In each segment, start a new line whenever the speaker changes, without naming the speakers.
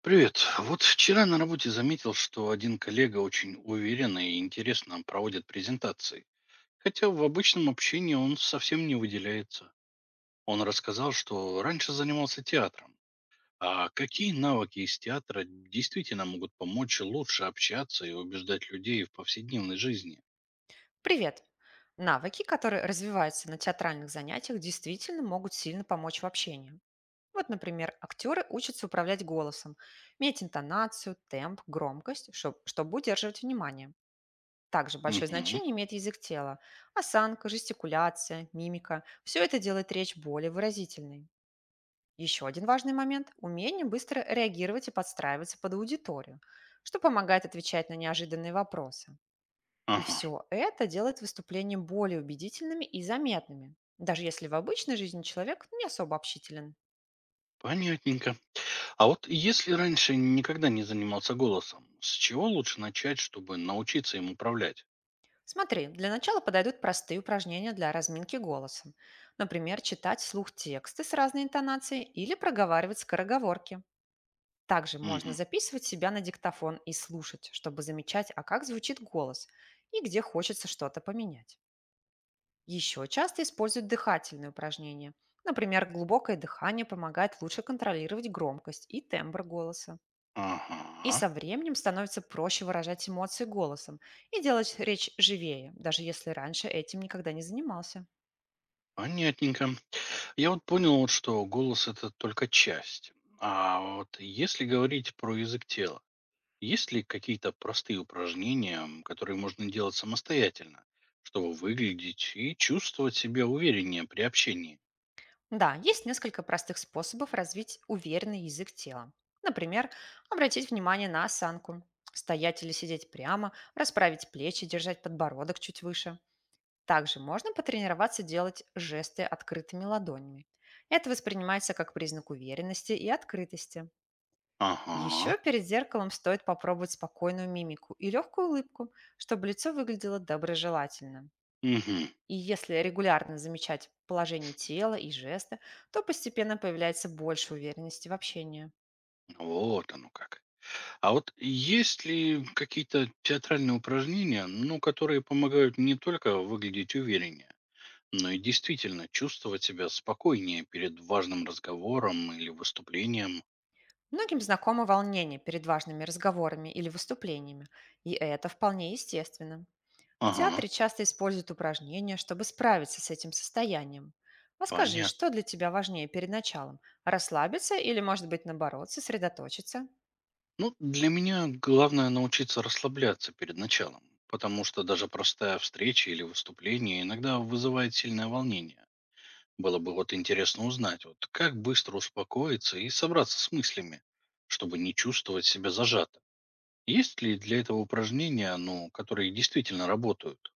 Привет. Вот вчера на работе заметил, что один коллега очень уверенно и интересно проводит презентации, хотя в обычном общении он совсем не выделяется. Он рассказал, что раньше занимался театром. А какие навыки из театра действительно могут помочь лучше общаться и убеждать людей в повседневной жизни?
Привет! Навыки, которые развиваются на театральных занятиях, действительно могут сильно помочь в общении. Вот, например, актеры учатся управлять голосом, менять интонацию, темп, громкость, чтобы удерживать внимание. Также большое
Мгм.
значение имеет язык тела. Осанка, жестикуляция, мимика – все это делает речь более выразительной. Еще один важный момент – умение быстро реагировать и подстраиваться под аудиторию, что помогает отвечать на неожиданные вопросы. И
Ага.
все это делает выступления более убедительными и заметными, даже если в обычной жизни человек не особо общителен.
Понятненько. А вот если раньше никогда не занимался голосом, с чего лучше начать, чтобы научиться им управлять?
Смотри, для начала подойдут простые упражнения для разминки голоса. Например, читать вслух тексты с разной интонацией или проговаривать скороговорки. Также можно
Мгм.
записывать себя на диктофон и слушать, чтобы замечать, а как звучит голос и где хочется что-то поменять. Еще часто используют дыхательные упражнения. Например, глубокое дыхание помогает лучше контролировать громкость и тембр голоса. И
Ага.
со временем становится проще выражать эмоции голосом и делать речь живее, даже если раньше этим никогда не занимался.
Понятненько. Я вот понял, вот, что голос это только часть. А вот если говорить про язык тела, есть ли какие-то простые упражнения, которые можно делать самостоятельно, чтобы выглядеть и чувствовать себя увереннее при общении?
Да, есть несколько простых способов развить уверенный язык тела. Например, обратить внимание на осанку. Стоять или сидеть прямо, расправить плечи, держать подбородок чуть выше. Также можно потренироваться делать жесты открытыми ладонями. Это воспринимается как признак уверенности и открытости.
Ага.
Еще перед зеркалом стоит попробовать спокойную мимику и легкую улыбку, чтобы лицо выглядело доброжелательным.
Угу.
И если регулярно замечать положение тела и жесты, то постепенно появляется больше уверенности в общении.
Вот оно как. А вот есть ли какие-то театральные упражнения, ну, которые помогают не только выглядеть увереннее, ну и действительно, чувствовать себя спокойнее перед важным разговором или выступлением.
Многим знакомо волнение перед важными разговорами или выступлениями, и это вполне естественно. В
Ага,
театре часто используют упражнения, чтобы справиться с этим состоянием. А скажи, что
понятно.
для тебя важнее перед началом? Расслабиться или, может быть, наоборот, сосредоточиться?
Ну, для меня главное научиться расслабляться перед началом, потому что даже простая встреча или выступление иногда вызывает сильное волнение. Было бы вот интересно узнать, вот как быстро успокоиться и собраться с мыслями, чтобы не чувствовать себя зажато. Есть ли для этого упражнения, ну, которые действительно работают?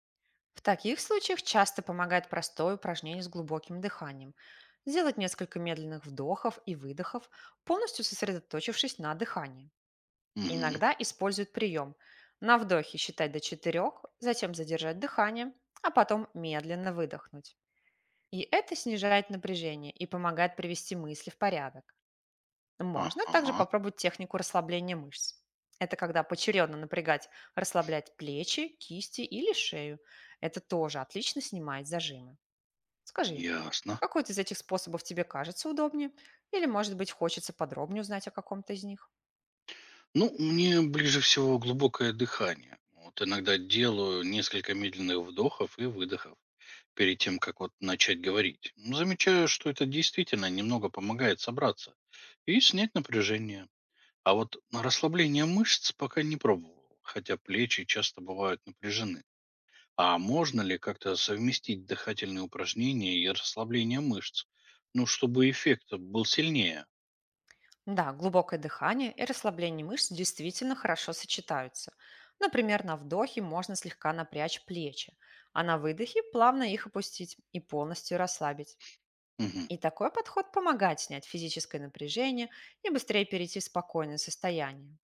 В таких случаях часто помогает простое упражнение с глубоким дыханием. Сделать несколько медленных вдохов и выдохов, полностью сосредоточившись на дыхании.
Угу.
Иногда используют прием. На вдохе считать до четырех, затем задержать дыхание, а потом медленно выдохнуть. И это снижает напряжение и помогает привести мысли в порядок. Можно также
Ага,
попробовать технику расслабления мышц. Это когда поочередно напрягать, расслаблять плечи, кисти или шею. Это тоже отлично снимает зажимы. Скажи,
ясно.
какой из этих способов тебе кажется удобнее? Или, может быть, хочется подробнее узнать о каком-то из них?
Ну, мне ближе всего глубокое дыхание. Вот иногда делаю несколько медленных вдохов и выдохов перед тем, как вот начать говорить. Ну, замечаю, что это действительно немного помогает собраться и снять напряжение. А вот на расслабление мышц пока не пробовал, хотя плечи часто бывают напряжены. А можно ли как-то совместить дыхательные упражнения и расслабление мышц? Ну, чтобы эффект был сильнее.
Да, глубокое дыхание и расслабление мышц действительно хорошо сочетаются. Например, на вдохе можно слегка напрячь плечи, а на выдохе плавно их опустить и полностью расслабить.
Мгм.
И такой подход помогает снять физическое напряжение и быстрее перейти в спокойное состояние.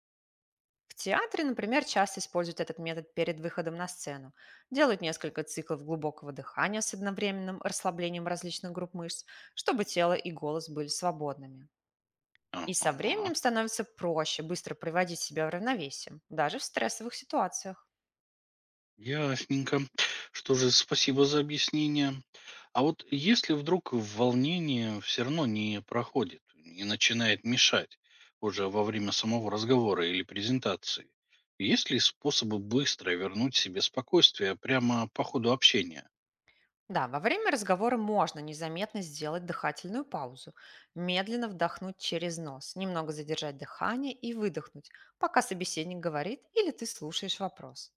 В театре, например, часто используют этот метод перед выходом на сцену. Делают несколько циклов глубокого дыхания с одновременным расслаблением различных групп мышц, чтобы тело и голос были свободными. И со
Ага.
временем становится проще быстро приводить себя в равновесие, даже в стрессовых ситуациях.
Ясненько. Что же, спасибо за объяснение. А вот если вдруг волнение все равно не проходит и начинает мешать уже во время самого разговора или презентации, есть ли способы быстро вернуть себе спокойствие прямо по ходу общения?
Да, во время разговора можно незаметно сделать дыхательную паузу, медленно вдохнуть через нос, немного задержать дыхание и выдохнуть, пока собеседник говорит или ты слушаешь вопрос.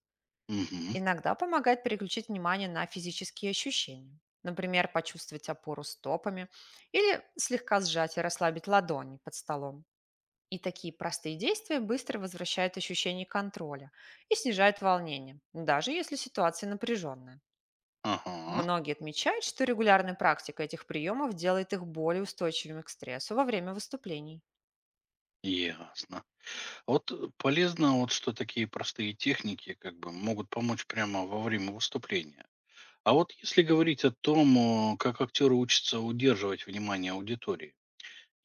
Угу.
Иногда помогает переключить внимание на физические ощущения. Например, почувствовать опору стопами или слегка сжать и расслабить ладони под столом. И такие простые действия быстро возвращают ощущение контроля и снижают волнение, даже если ситуация напряженная.
Ага.
Многие отмечают, что регулярная практика этих приемов делает их более устойчивыми к стрессу во время выступлений.
Ясно. А вот полезно, вот что такие простые техники как бы могут помочь прямо во время выступления. А вот если говорить о том, как актеры учатся удерживать внимание аудитории,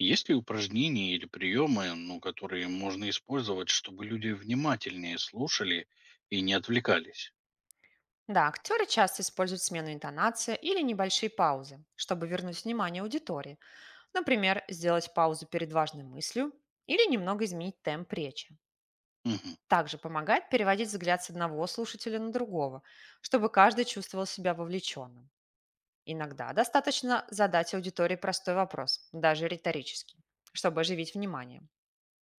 есть ли упражнения или приемы, ну, которые можно использовать, чтобы люди внимательнее слушали и не отвлекались?
Да, актеры часто используют смену интонации или небольшие паузы, чтобы вернуть внимание аудитории. Например, сделать паузу перед важной мыслью или немного изменить темп речи.
Мгм,
Также помогает переводить взгляд с одного слушателя на другого, чтобы каждый чувствовал себя вовлеченным. Иногда достаточно задать аудитории простой вопрос, даже риторический, чтобы оживить внимание.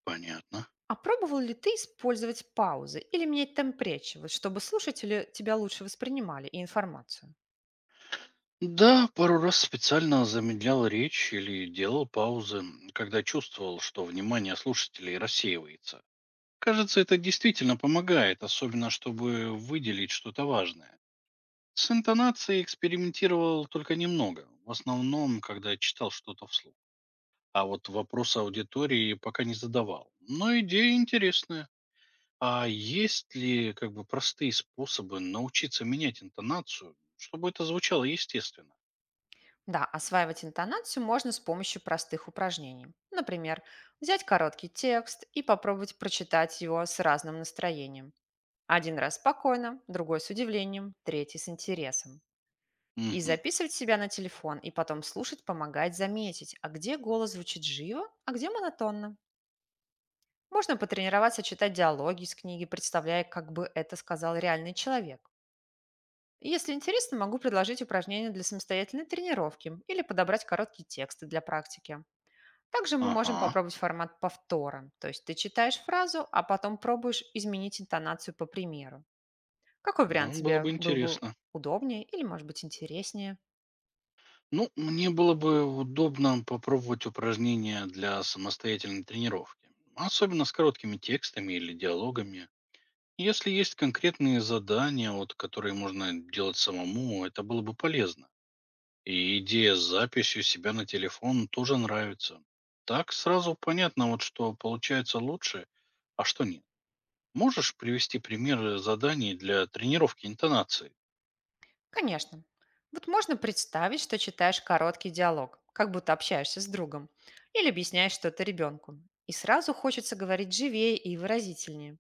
понятно.
А пробовал ли ты использовать паузы или менять темп речи, вот чтобы слушатели тебя лучше воспринимали и информацию?
Да, пару раз специально замедлял речь или делал паузы, когда чувствовал, что внимание слушателей рассеивается. Кажется, это действительно помогает, особенно чтобы выделить что-то важное. С интонацией экспериментировал только немного, в основном, когда читал что-то вслух. А вот вопрос аудитории пока не задавал. Но идея интересная. А есть ли как бы простые способы научиться менять интонацию, чтобы это звучало естественно?
Да, осваивать интонацию можно с помощью простых упражнений. Например, взять короткий текст и попробовать прочитать его с разным настроением. Один раз спокойно, другой с удивлением, третий с интересом. И
Угу.
записывать себя на телефон, и потом слушать помогает заметить, а где голос звучит живо, а где монотонно. Можно потренироваться читать диалоги из книги, представляя, как бы это сказал реальный человек. И если интересно, могу предложить упражнения для самостоятельной тренировки или подобрать короткие тексты для практики. Также мы можем
Ага.
попробовать формат повтора, то есть ты читаешь фразу, а потом пробуешь изменить интонацию по примеру. Какой вариант
Нам было бы
тебе был бы
интересно.
удобнее или, может быть, интереснее?
Ну, мне было бы удобно попробовать упражнения для самостоятельной тренировки. Особенно с короткими текстами или диалогами. Если есть конкретные задания, вот, которые можно делать самому, это было бы полезно. И идея с записью себя на телефон тоже нравится. Так сразу понятно, вот, что получается лучше, а что нет. Можешь привести примеры заданий для тренировки интонации?
Конечно. Вот можно представить, что читаешь короткий диалог, как будто общаешься с другом, или объясняешь что-то ребенку. И сразу хочется говорить живее и выразительнее.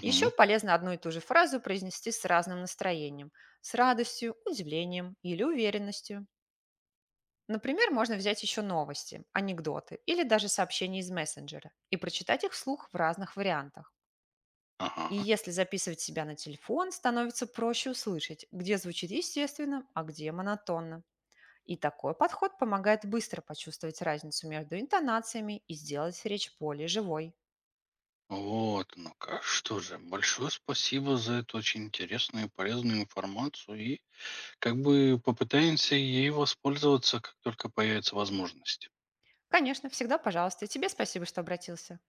Еще полезно одну и ту же фразу произнести с разным настроением, с радостью, удивлением или уверенностью. Например, можно взять еще новости, анекдоты или даже сообщения из мессенджера и прочитать их вслух в разных вариантах. И
ага.
если записывать себя на телефон, становится проще услышать, где звучит естественно, а где монотонно. И такой подход помогает быстро почувствовать разницу между интонациями и сделать речь более живой.
Вот, ну-ка, что же, большое спасибо за эту очень интересную и полезную информацию и как бы попытаемся ей воспользоваться, как только появится возможность.
Конечно, всегда пожалуйста. И тебе спасибо, что обратился.